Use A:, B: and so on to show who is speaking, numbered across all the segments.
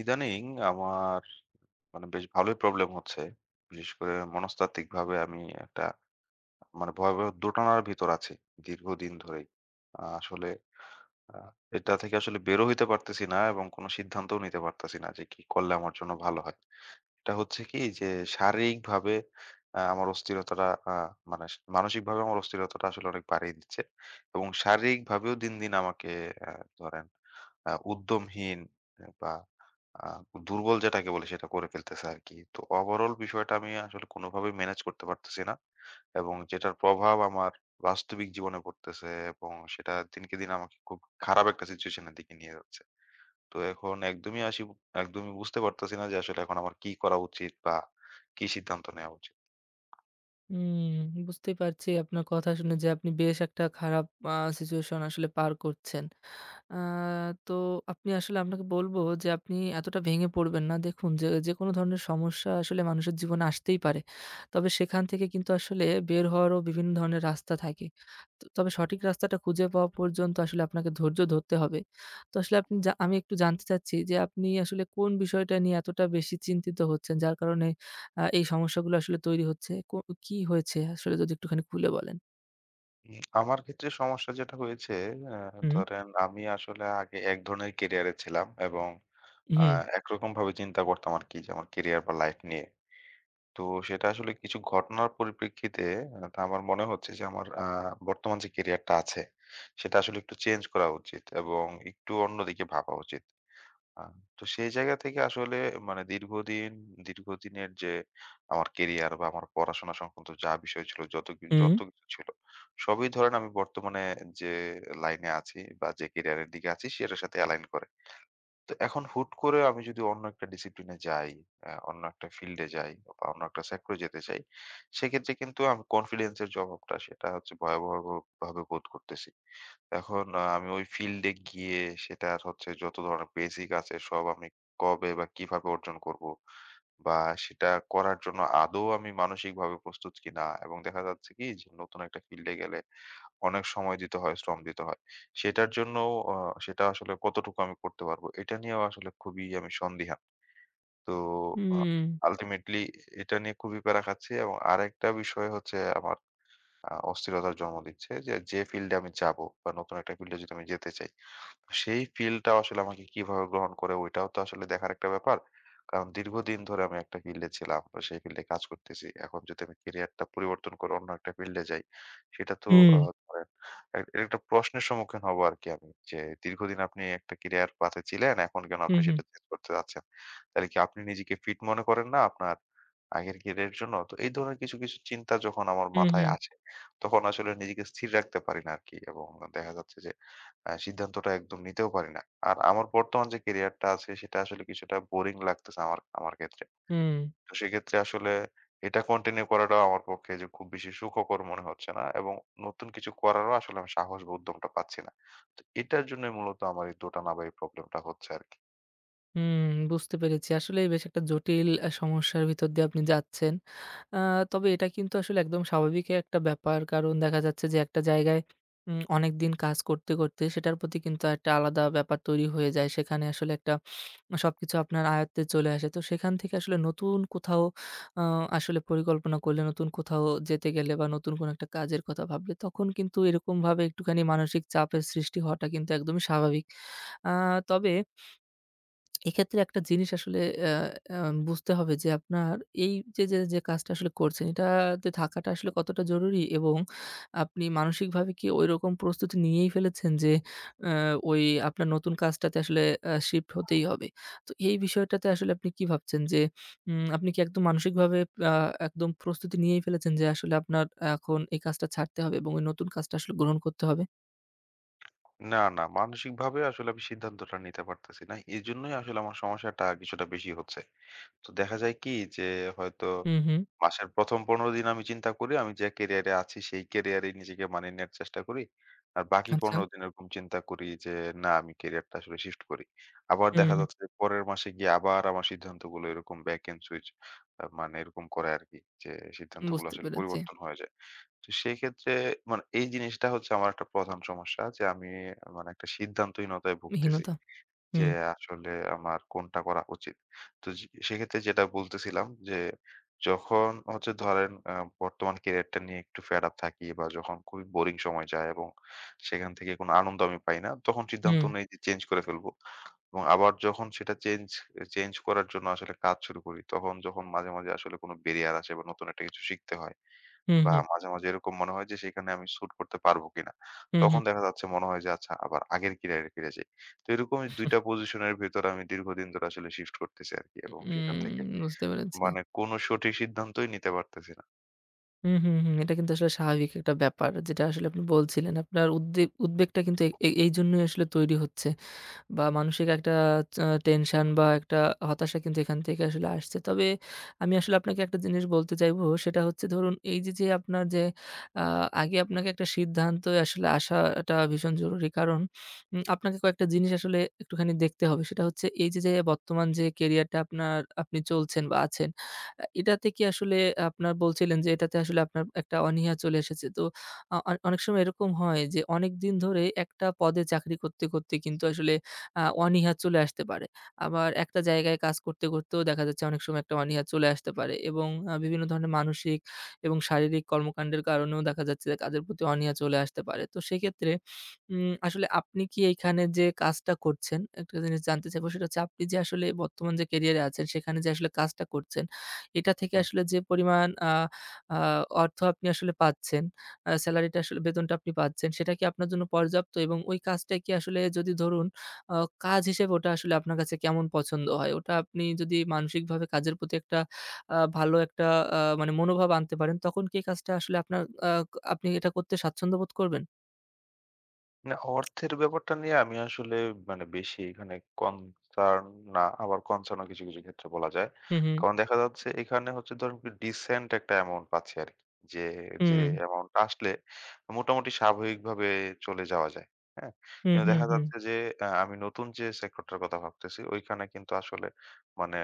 A: ইদানিং আমার মানে বেশ ভালোই প্রবলেম হচ্ছে। বিশেষ করে মনস্তাত্ত্বিকভাবে আমি একটা মানে ভয়াবহ দোটানার ভিতর আছি দীর্ঘদিন ধরেই। আসলে আ এটা থেকে আসলে বেরও হইতে পারতেছি না এবং কোন সিদ্ধান্তও নিতে পারতেছি না যে কি করলে আমার জন্য ভালো হয়। এটা হচ্ছে কি যে শারীরিকভাবে আমার অস্থিরতাটা আ মানে মানসিকভাবে আমার অস্থিরতাটা আসলে অনেক বাড়িয়ে দিচ্ছে। এবং শারীরিকভাবেও দিন, দিন আমাকে আ ধরেন উদ্যমহীন বা আ দুর্বল যেটাকে বলে সেটা করে ফেলতেছে আরকি। তো ওভারঅল বিষয়টা আমি আসলে কোনোভাবেই মেনেজ করতে পারতেছি না। এবং যেটার প্রভাব আমার বাস্তবিক জীবনে পড়তেছে এবং সেটা দিনকে দিন আমাকে খুব খারাপ একটা সিচুয়েশন এর দিকে নিয়ে যাচ্ছে। তো এখন একদমই বুঝতে পারতেছি না যে আসলে এখন আমার কি করা উচিত বা কি সিদ্ধান্ত নেওয়া উচিত।
B: হুম, বুঝতে পারছি আপনার কথা শুনে যে আপনি বেশ একটা খারাপ আ সিচুয়েশন আসলে পার করছেন। আ তো আপনি আসলে আপনাকে বলব যে আপনি এতটা ভেঙে পড়বেন না। দেখুন যে যেকোনো ধরনের সমস্যা আসলে মানুষের জীবনে আসতেই পারে। তবে সেখান থেকে কিন্তু আসলে বের হওয়ারও বিভিন্ন ধরনের রাস্তা থাকে। তো তবে সঠিক রাস্তাটা খুঁজে পাওয়া পর্যন্ত আসলে আপনাকে ধৈর্য ধরতে হবে। তো আসলে আপনি আমি একটু জানতে চাচ্ছি যে আপনি আসলে কোন বিষয়টা নিয়ে এতটা বেশি চিন্তিত হচ্ছেন? যার কারণে এই সমস্যাগুলো আসলে তৈরি হচ্ছে। কি হয়েছে আসলে যদি একটুখানি খুলে বলেন?
A: আমার ক্ষেত্রে সমস্যা যেটা হয়েছে, আ
B: হুম,
A: ধরেন আমি আসলে আগে এক ধরনের ক্যারিয়ারে ছিলাম এবং
B: হুম,
A: আ
B: হুম।
A: একরকম ভাবে চিন্তা করতাম আরকি যে আমার ক্যারিয়ার বা লাইফ নিয়ে। তো সেটা আসলে কিছু ঘটনার পরিপ্রেক্ষিতে তা আমার মনে হচ্ছে যে আমার বর্তমান যে ক্যারিয়ারটা আছে সেটা আসলে একটু চেঞ্জ করা উচিত এবং একটু অন্যদিকে ভাবা উচিত। আ তো সেই জায়গা থেকে আসলে মানে দীর্ঘদিনের যে আমার কেরিয়ার বা আমার পড়াশোনা সংক্রান্ত যা বিষয় ছিল, যত কিছু ছিল, সবই ধরেন আমি বর্তমানে যে লাইনে আছি বা যে কেরিয়ারের দিকে আছি সেটার সাথে অ্যালাইন করে। তো এখন হুট করে আমি যদি অন্য একটা ডিসিপ্লিনে যাই, অন্য একটা ফিল্ডে যাই বা অন্য একটা সেক্টরে যেতে চাই, সেক্ষেত্রে কিন্তু আমি কনফিডেন্স এর যে অভাবটা সেটা হচ্ছে ভয়াবহ ভাবে বোধ করতেছি। এখন আমি ওই ফিল্ডে গিয়ে সেটার হচ্ছে যত ধরনের বেসিক আছে সব আমি কবে বা কিভাবে অর্জন করব? বা সেটা করার জন্য আদৌ আমি মানসিকভাবে প্রস্তুত কিনা? এবং দেখা যাচ্ছে কি যে নতুন একটা ফিল্ডে গেলে অনেক সময় দিতে হয়, শ্রম দিতে হয়। সেটার জন্য আ সেটা আসলে কতটুকু আমি করতে পারবো? এটা নিয়েও আসলে খুবই আমি সন্দিহান। তো আ
B: হুম।
A: আল্টিমেটলি এটা নিয়ে খুবই প্যারা খাচ্ছি এবং আরেকটা বিষয় হচ্ছে আমার অস্থিরতার জন্ম দিচ্ছে যে যে ফিল্ডে আমি যাবো বা নতুন একটা ফিল্ডে যদি আমি যেতে চাই, সেই ফিলটাও আসলে আমাকে কিভাবে গ্রহণ করে ওইটাও তো আসলে দেখার একটা ব্যাপার। কারণ দীর্ঘদিন ধরে আমি একটা ফিল্ডে ছিলাম। তো সেই ফিল্ডে কাজ করতেছি। এখন যদি আমি ক্যারিয়ারটা পরিবর্তন করে অন্য একটা ফিল্ডে যাই, সেটা তো
B: হুম,
A: আ ধরেন এক এর একটা প্রশ্নের সম্মুখীন হব আরকি আমি। যে দীর্ঘদিন আপনি একটা ক্যারিয়ার পাথে ছিলেন, এখন কেন
B: হুম,
A: আপনি
B: হুম,
A: সেটা চেঞ্জ করতে যাচ্ছেন? তাহলে কি আপনি নিজেকে ফিট মনে করেন না আপনার আগের ক্যারিয়ারের জন্য? তো এই ধরনের কিছু, কিছু চিন্তা যখন আমার
B: হুম,
A: মাথায়
B: হুম,
A: আসে, তখন আসলে নিজেকে স্থির রাখতে পারি না আরকি। এবং দেখা যাচ্ছে যে সিদ্ধান্তটা একদম নিতেও পারি না। আর আমার বর্তমান যে ক্যারিয়ারটা আছে সেটা আসলে কিছুটা বোরিং লাগতেছে আমার আমার ক্ষেত্রে।
B: হুম।
A: তো সেক্ষেত্রে আসলে এটা কন্টিনিউ করাটাও আমার পক্ষে যে খুব বেশি সুখকর মনে হচ্ছে না এবং নতুন কিছু করারও আসলে আমি সাহস বা উদ্যমটা পাচ্ছি না। তো এটার জন্যই মূলত আমার এই দোটানা বা এই প্রবলেমটা হচ্ছে আরকি।
B: হুম, বুঝতে পেরেছি। আসলেই বেশ একটা জটিল সমস্যার ভিতর দিয়ে আপনি যাচ্ছেন। আ তবে এটা কিন্তু আসলে একদম স্বাভাবিক একটা ব্যাপার। কারণ দেখা যাচ্ছে যে একটা জায়গায় অনেকদিন কাজ করতে, করতে সেটার প্রতি কিন্তু একটা আলাদা ব্যাপার তৈরি হয়ে যায়। সেখানে আসলে একটা সবকিছু আপনার আয়ত্তে চলে আসে। তো সেখান থেকে আসলে নতুন কোথাও আ আসলে পরিকল্পনা করলে, নতুন কোথাও যেতে গেলে বা নতুন কোনো একটা কাজের কথা ভাবলে, তখন কিন্তু এরকমভাবে একটুখানি মানসিক চাপের সৃষ্টি হওয়াটা কিন্তু একদমই স্বাভাবিক। আ তবে এক্ষেত্রে একটা জিনিস আসলে বুঝতে হবে যে আপনার এই যে, কাজটা আসলে করছেন, এটাতে থাকাটা আসলে কতটা জরুরি এবং আপনি মানসিকভাবে কি ঐরকম প্রস্তুতি নিয়েই ফেলেছেন যে অ্যা ওই আপনার নতুন কাজটাতে আসলে শিফট হতেই হবে। তো এই বিষয়টাতে আসলে আপনি কি ভাবছেন যে আপনি কি একদম মানসিকভাবে আ একদম প্রস্তুতি নিয়েই ফেলেছেন যে আসলে আপনার এখন এই কাজটা ছাড়তে হবে এবং ওই নতুন কাজটা আসলে গ্রহণ করতে হবে?
A: না, না, মানসিকভাবে আসলে আমি সিদ্ধান্তটা নিতে পারতেছি না। এজন্যই আসলে আমার সমস্যাটা কিছুটা বেশি হচ্ছে। তো দেখা যায় কি যে হয়তো
B: হুম, হুম।
A: মাসের ১ম ১৫ দিন আমি চিন্তা করি আমি যে ক্যারিয়ারে আছি সেই ক্যারিয়ারেই নিজেকে মানিয়ে নেয়ার চেষ্টা করি। আর বাকি
B: আচ্ছা।
A: ১৫ দিন এরকম চিন্তা করি যে না, আমি ক্যারিয়ারটা আসলে শিফট করি। আবার
B: হুম,
A: দেখা
B: হুম।
A: যাচ্ছে যে পরের মাসে গিয়ে আবার আমার সিদ্ধান্তগুলো এরকম back and switch, মানে এরকম করে আরকি। যে সিদ্ধান্তগুলো
B: বুঝতে
A: আসলে
B: পেরেছি।
A: পরিবর্তন হয়ে যায়। তো সেক্ষেত্রে মানে এই জিনিসটা হচ্ছে আমার একটা প্রধান সমস্যা যে আমি মানে একটা সিদ্ধান্তহীনতায় ভুগতেছি।
B: হীনতা।
A: যে
B: হুম,
A: আসলে আমার কোনটা করা উচিত। তো যে সেক্ষেত্রে যেটা বলতেছিলাম যে, যখন হচ্ছে ধরেন বর্তমান ক্যারিয়ারটা নিয়ে একটু ফেড আপ থাকি বা যখন খুবই বোরিং সময় যায় এবং সেখান থেকে কোনো আনন্দ আমি পাই না, তখন সিদ্ধান্ত
B: হুম।
A: নেই যে চেঞ্জ করে ফেলবো। এবং আবার যখন সেটা চেঞ্জ চেঞ্জ করার জন্য আসলে কাজ শুরু করি, তখন যখন মাঝে, মাঝে আসলে কোনো ব্যারিয়ার আসে বা নতুন একটা কিছু শিখতে হয়,
B: হুম,
A: বা
B: হুম,
A: মাঝে, মাঝে এরকম মনে হয় যে সেখানে আমি শুট করতে পারবো কিনা।
B: হুম,
A: তখন
B: হুম।
A: দেখা যাচ্ছে মনে হয় যে আচ্ছা, আবার আগের ক্যারিয়ারে ফিরে যাই। তো এরকম ২ টা পজিশনের ভেতর আমি দীর্ঘদিন ধরে আসলে শিফট করতেছি আরকি এবং সেখান থেকে
B: বুঝতে পেরেছি।
A: মানে কোন সঠিক সিদ্ধান্তই নিতে পারতেছি না।
B: হুম, হুম, হুম। এটা কিন্তু আসলে স্বাভাবিক একটা ব্যাপার। যেটা আসলে আপনি বলছিলেন। আপনার উদ্বেগটা কিন্তু এ এ- এইজন্যই আসলে তৈরি হচ্ছে। বা মানসিক একটা টেনশন বা একটা হতাশা কিন্তু এখান থেকে আসলে আসছে। তবে আমি আসলে আপনাকে একটা জিনিস বলতে চাইবো, সেটা হচ্ছে ধরুন এই যে, যে আপনার যে আ আগে আপনাকে একটা সিদ্ধান্তে আসলে আসাটা ভীষণ জরুরি। কারণ আপনাকে কয়েকটা জিনিস আসলে একটুখানি দেখতে হবে। সেটা হচ্ছে এই যে, যে বর্তমান যে কেরিয়ারটা আপনি চলছেন বা আছেন, এটাতে কি আসলে আপনার বলছিলেন যে এটাতে আসলে আপনার একটা অনীহা চলে এসেছে। তো অনেক সময় এরকম হয় যে অনেকদিন ধরে একটা পদে চাকরি করতে, করতে কিন্তু আসলে অনীহা চলে আসতে পারে। আবার একটা জায়গায় কাজ করতে, করতেও দেখা যাচ্ছে অনেক সময় একটা অনীহা চলে আসতে পারে এবং বিভিন্ন ধরনের মানসিক এবং শারীরিক কর্মকাণ্ডের কারণেও দেখা যাচ্ছে যে কাজের প্রতি অনীহা চলে আসতে পারে। তো সেক্ষেত্রে আসলে আপনি কি এইখানে যে কাজটা করছেন, একটা জিনিস জানতে চাইবো, সেটা হচ্ছে আপনি যে আসলে বর্তমান যে ক্যারিয়ারে আছেন সেখানে যে আসলে কাজটা করছেন, এটা থেকে আসলে যে পরিমাণ আ আ অর্থ আপনি আসলে পাচ্ছেন, স্যালারিটা আসলে বেতনটা আপনি পাচ্ছেন, সেটা কি আপনার জন্য পর্যাপ্ত? এবং ওই কাজটা কি আসলে, যদি ধরুন আ কাজ হিসেবে ওটা আসলে আপনার কাছে কেমন পছন্দ হয়? ওটা আপনি যদি মানসিকভাবে কাজের প্রতি একটা ভালো একটা মানে মনোভাব আনতে পারেন, তখন কি এই কাজটা আসলে আপনার আ আপনি এটা করতে স্বাচ্ছন্দ্য বোধ করবেন?
A: না, অর্থের ব্যাপারটা নিয়ে আমি আসলে মানে বেশি এখানে কনসার্ন না, আবার কনসার্ন ও কিছু, কিছু ক্ষেত্রে বলা যায়।
B: হু, হু।
A: কারণ দেখা যাচ্ছে এখানে হচ্ছে ধরুন ডিসেন্ট একটা অ্যামাউন্ট পাচ্ছি আরকি। যে, যে
B: হুম।
A: অ্যামাউন্ট আসলে মোটামুটি স্বাভাবিকভাবে চলে যাওয়া যায়। হ্যাঁ?
B: হুম,
A: কিন্তু
B: হুম,
A: দেখা
B: হুম।
A: যাচ্ছে যে আমি নতুন যে সেক্টরটার কথা ভাবতেছি ওইখানে কিন্তু আসলে মানে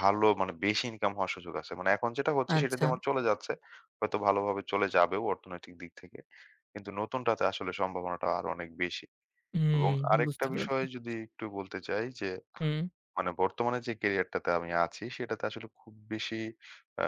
A: ভালো, মানে বেশি ইনকাম হওয়ার সুযোগ আছে। মানে এখন যেটা হচ্ছে সেটা
B: আচ্ছা।
A: দিয়ে আমার চলে যাচ্ছে। হয়তো ভালোভাবে চলে যাবেও অর্থনৈতিক দিক থেকে। কিন্তু নতুনটাতে আসলে সম্ভাবনাটা আরো অনেক বেশি।
B: হুম,
A: এবং আরেকটা
B: বুঝতে পেরেছি।
A: বিষয় যদি একটু বলতে চাই, যে
B: হুম,
A: মানে বর্তমানে যে ক্যারিয়ারটাতে আমি আছি সেটাতে আসলে খুব বেশি আ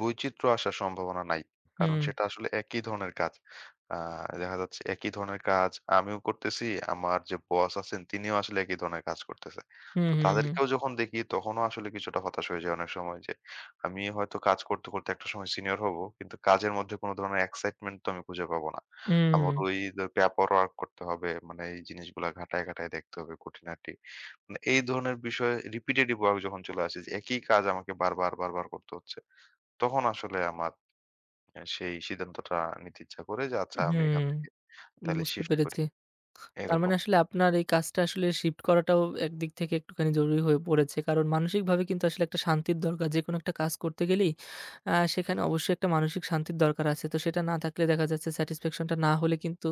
A: বৈচিত্র্য আসার সম্ভাবনা নাই। কারণ
B: হুম,
A: সেটা আসলে একই ধরনের কাজ। আ দেখা যাচ্ছে একই ধরনের কাজ আমিও করতেছি, আমার যে বস আছেন তিনিও আসলে একই ধরনের কাজ করতেছে।
B: হুম,
A: তো
B: হুম,
A: তাদেরকেও
B: হুম।
A: যখন দেখি তখনও আসলে কিছুটা হতাশ হয়ে যাই অনেক সময় যে, আমি হয়তো কাজ করতে, করতে একটা সময় সিনিয়র হব। কিন্তু কাজের মধ্যে কোন ধরনের এক্সাইটমেন্ট তো আমি খুঁজে পাবো না।
B: হুম,
A: আমার ওই পেপারওয়ার্ক করতে হবে। মানে এই জিনিসগুলা ঘাটায়, ঘাটায় দেখতে হবে খুঁটিনাটি। মানে এই ধরনের বিষয়, রিপিটেটিভ ওয়ার্ক যখন চলে আসে যে একই কাজ আমাকে বারবার, বারবার করতে হচ্ছে। তখন আসলে আমার সেই সিদ্ধান্তটা নিতে ইচ্ছা করে যে, আচ্ছা আমি
B: হুম,
A: এখান থেকে তাইলে
B: বুঝতে
A: শিফট করি।
B: পেরেছি। তার
A: এরকম।
B: মানে আসলে আপনার এই কাজটা আসলে শিফট করাটাও একদিক থেকে একটুখানি জরুরি হয়ে পড়েছে। কারণ মানসিকভাবে কিন্তু আসলে একটা শান্তির দরকার। যেকোনো একটা কাজ করতে গেলেই সেখানে অবশ্যই একটা মানসিক শান্তির দরকার আছে। তো সেটা না থাকলে দেখা যাচ্ছে স্যাটিসফ্যাকশনটা না হলে কিন্তু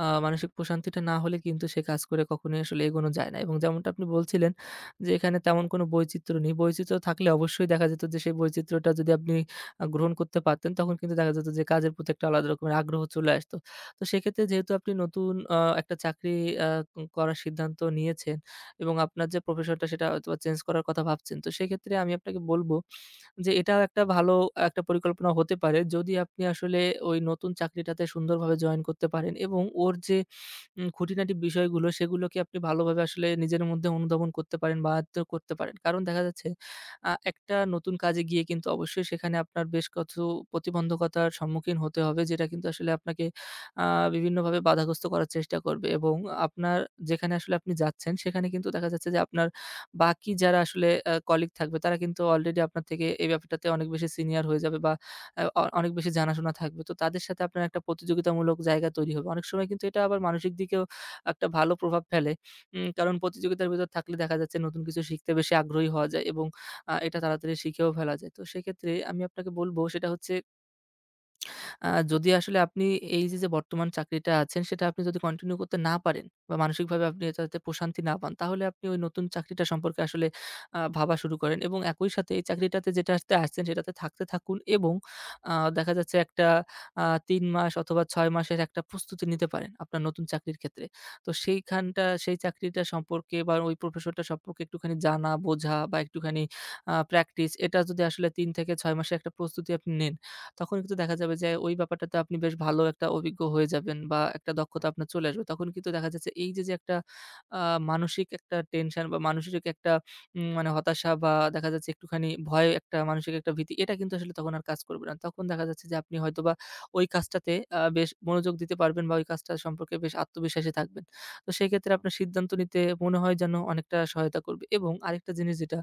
B: মানসিক প্রশান্তিটা না হলে কিন্তু সে কাজ করে কখনোই আসলে এগোনো যায় না। এবং যেমনটা আপনি বলছিলেন যে, এখানে তেমন কোনো বৈচিত্র্য নেই। বৈচিত্র্য থাকলে অবশ্যই দেখা যেত যে, সেই বৈচিত্র্যটা যদি আপনি গ্রহণ করতে পারতেন, তখন কিন্তু দেখা যেত যে, কাজের প্রতি একটা আলাদা রকমের আগ্রহ চলে আসতো। তো সেক্ষেত্রে যেহেতু আপনি নতুন একটা চাকরি আ করার সিদ্ধান্ত নিয়েছেন এবং আপনার যে প্রফেশনটা সেটা হয়তোবা চেঞ্জ করার কথা ভাবছেন, তো সেক্ষেত্রে আমি আপনাকে বলব যে এটাও একটা ভালো একটা পরিকল্পনা হতে পারে। যদি আপনি আসলে ওই নতুন চাকরিটাতে সুন্দরভাবে জয়েন করতে পারেন এবং ওর যে খুঁটিনাটি বিষয়গুলো সেগুলোকে আপনি ভালোভাবে আসলে নিজের মধ্যে অনুধাবন করতে পারেন বা আয়ত্ত করতে পারেন। কারণ দেখা যাচ্ছে একটা নতুন কাজে গিয়ে কিন্তু অবশ্যই সেখানে আপনার বেশ কিছু প্রতিবন্ধকতার সম্মুখীন হতে হবে, যেটা কিন্তু আসলে আপনাকে আ বিভিন্নভাবে বাধাগ্রস্ত করার চেষ্টা করবে এবং আপনার যেখানে আসলে আপনি যাচ্ছেন সেখানে কিন্তু দেখা যাচ্ছে যে আপনার বাকি যারা আসলে কলিগ থাকবে তারা কিন্তু অলরেডি আপনার থেকে এই ব্যাপারটাতে অনেক বেশি সিনিয়র হয়ে যাবে বা অনেক বেশি জানাশোনা থাকবে। তো তাদের সাথে আপনার একটা প্রতিযোগিতামূলক জায়গা তৈরি হবে। অনেক সময় কিন্তু এটা আবার মানসিক দিকেও একটা ভালো প্রভাব ফেলে। কারণ প্রতিযোগিতার ভেতর থাকলে দেখা যাচ্ছে নতুন কিছু শিখতে বেশি আগ্রহী হওয়া যায় এবং এটা তাড়াতাড়ি শিখেও ফেলা যায়। তো সেক্ষেত্রে আমি আপনাকে বলব সেটা হচ্ছে, যদি আসলে আপনি এই যে, যে বর্তমান চাকরিটা আছেন সেটা আপনি যদি কন্টিনিউ করতে না পারেন বা মানসিকভাবে আপনি এটাতে প্রশান্তি না পান, তাহলে আপনি ওই নতুন চাকরিটা সম্পর্কে আসলে ভাবা শুরু করেন এবং একই সাথে এই চাকরিটাতে যেটাতে আসছেন সেটাতে থাকতে থাকুন এবং দেখা যাচ্ছে একটা ৩ মাস অথবা ৬ মাসের একটা প্রস্তুতি নিতে পারেন আপনার নতুন চাকরির ক্ষেত্রে। তো সেই চাকরিটা সম্পর্কে বা ওই প্রফেশনটা সম্পর্কে একটুখানি জানা, বোঝা বা একটুখানি প্র্যাকটিস, এটা যদি আসলে ৩ থেকে ৬ মাসের একটা প্রস্তুতি আপনি নেন, তখন কিন্তু দেখা যাবে যে ওই ব্যাপারটাতে আপনি বেশ ভালো একটা অভিজ্ঞ হয়ে যাবেন বা একটা দক্ষতা আপনার চলে আসবে। তখন কিন্তু দেখা যাচ্ছে এই যে, যে একটা আ মানসিক একটা টেনশন বা মানসিক একটা মানে হতাশা বা দেখা যাচ্ছে একটুখানি ভয়, একটা মানসিক একটা ভীতি, এটা কিন্তু আসলে তখন আর কাজ করবে না। তখন দেখা যাচ্ছে যে আপনি হয়তোবা ওই কাজটাতে বেশ মনোযোগ দিতে পারবেন বা ওই কাজটা সম্পর্কে বেশ আত্মবিশ্বাসী থাকবেন। তো সেক্ষেত্রে আপনার সিদ্ধান্ত নিতে মনে হয় যেন অনেকটা সহায়তা করবে। এবং আরেকটা জিনিস যেটা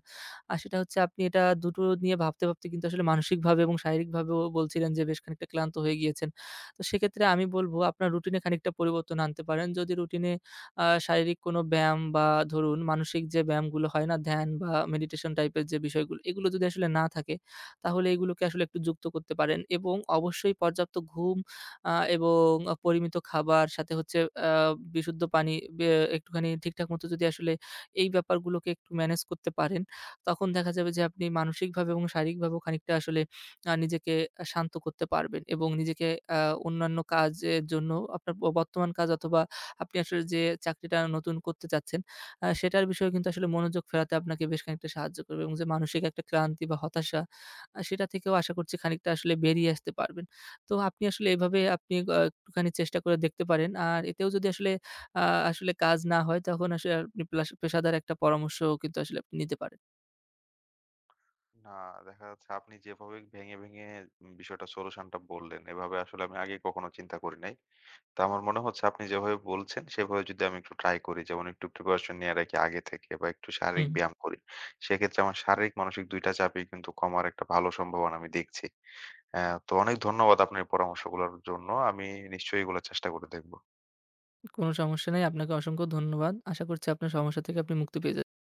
B: আর সেটা হচ্ছে, আপনি এটা দুটো নিয়ে ভাবতে, ভাবতে কিন্তু আসলে মানসিকভাবে এবং শারীরিকভাবেও বলছিলেন যে বেশ খানিকটা ক্লান্ত হয়ে গিয়েছেন। তো সেক্ষেত্রে
A: হুম,
B: আমি বলব, আপনার রুটিনে খানিকটা পরিবর্তন আনতে পারেন। যদি রুটিনে শারীরিক কোনো ব্যায়াম বা ধরুন মানসিক যে ব্যায়ামগুলো হয় না, ধ্যান বা মেডিটেশন টাইপের যে বিষয়গুলো, এগুলো যদি আসলে না থাকে তাহলে এগুলোকে আসলে একটু যুক্ত করতে পারেন এবং অবশ্যই পর্যাপ্ত ঘুম এবং পরিমিত খাবার, সাথে হচ্ছে আ বিশুদ্ধ পানি, বে একটুখানি ঠিকঠাক মতো যদি আসলে এই ব্যাপারগুলোকে একটু ম্যানেজ করতে পারেন, তখন দেখা যাবে যে আপনি মানসিকভাবে এবং শারীরিকভাবেও খানিকটা আসলে নিজেকে শান্ত করতে পারবেন এবং নিজেকে আ অন্যান্য কাজের জন্য, আপনার বর্তমান কাজ অথবা আপনি আসলে যে চাকরিটা নতুন করতে চাচ্ছেন, সেটার বিষয়ে কিন্তু আসলে মনোযোগ ফেরাতে আপনাকে বেশ খানিকটা সাহায্য করবে এবং যে মানসিক একটা ক্লান্তি বা হতাশা, সেটা থেকেও
A: হুম।
B: আশা করছি খানিকটা আসলে বেরিয়ে আসতে পারবেন। তো আপনি আসলে এভাবে আপনি একটুখানি চেষ্টা করে দেখতে পারেন। আর এতেও যদি আ আসলে কাজ না হয়, তখন আসলে আপনি প্লাস পেশাদার একটা পরামর্শও কিন্তু আসলে আপনি নিতে পারেন।
A: না, দেখা যাচ্ছে আপনি যেভাবে ভেঙে, ভেঙে বিষয়টা, সলিউশনটা বললেন, এভাবে আসলে আমি আগে কখনো চিন্তা করি নাই। তো আমার মনে হচ্ছে আপনি যেভাবে বলছেন, সেভাবে যদি আমি একটু ট্রাই করি, যেমন একটু প্রিপারেশন নিয়ে রাখি আগে থেকে বা একটু শারীরিক
B: হুম,
A: ব্যায়াম করি। সেক্ষেত্রে আমার শারীরিক, মানসিক ২ টা চাপই কিন্তু কমার একটা ভালো সম্ভাবনা আমি দেখছি। অ্যা তো অনেক ধন্যবাদ আপনার এই পরামর্শগুলোর জন্য। আমি নিশ্চয়ই এগুলো চেষ্টা করে দেখব।
B: কোনো সমস্যা নেই। আপনাকে অসংখ্য ধন্যবাদ। আশা করছি আপনার সমস্যা থেকে আপনি মুক্তি পেয়ে যাবেন।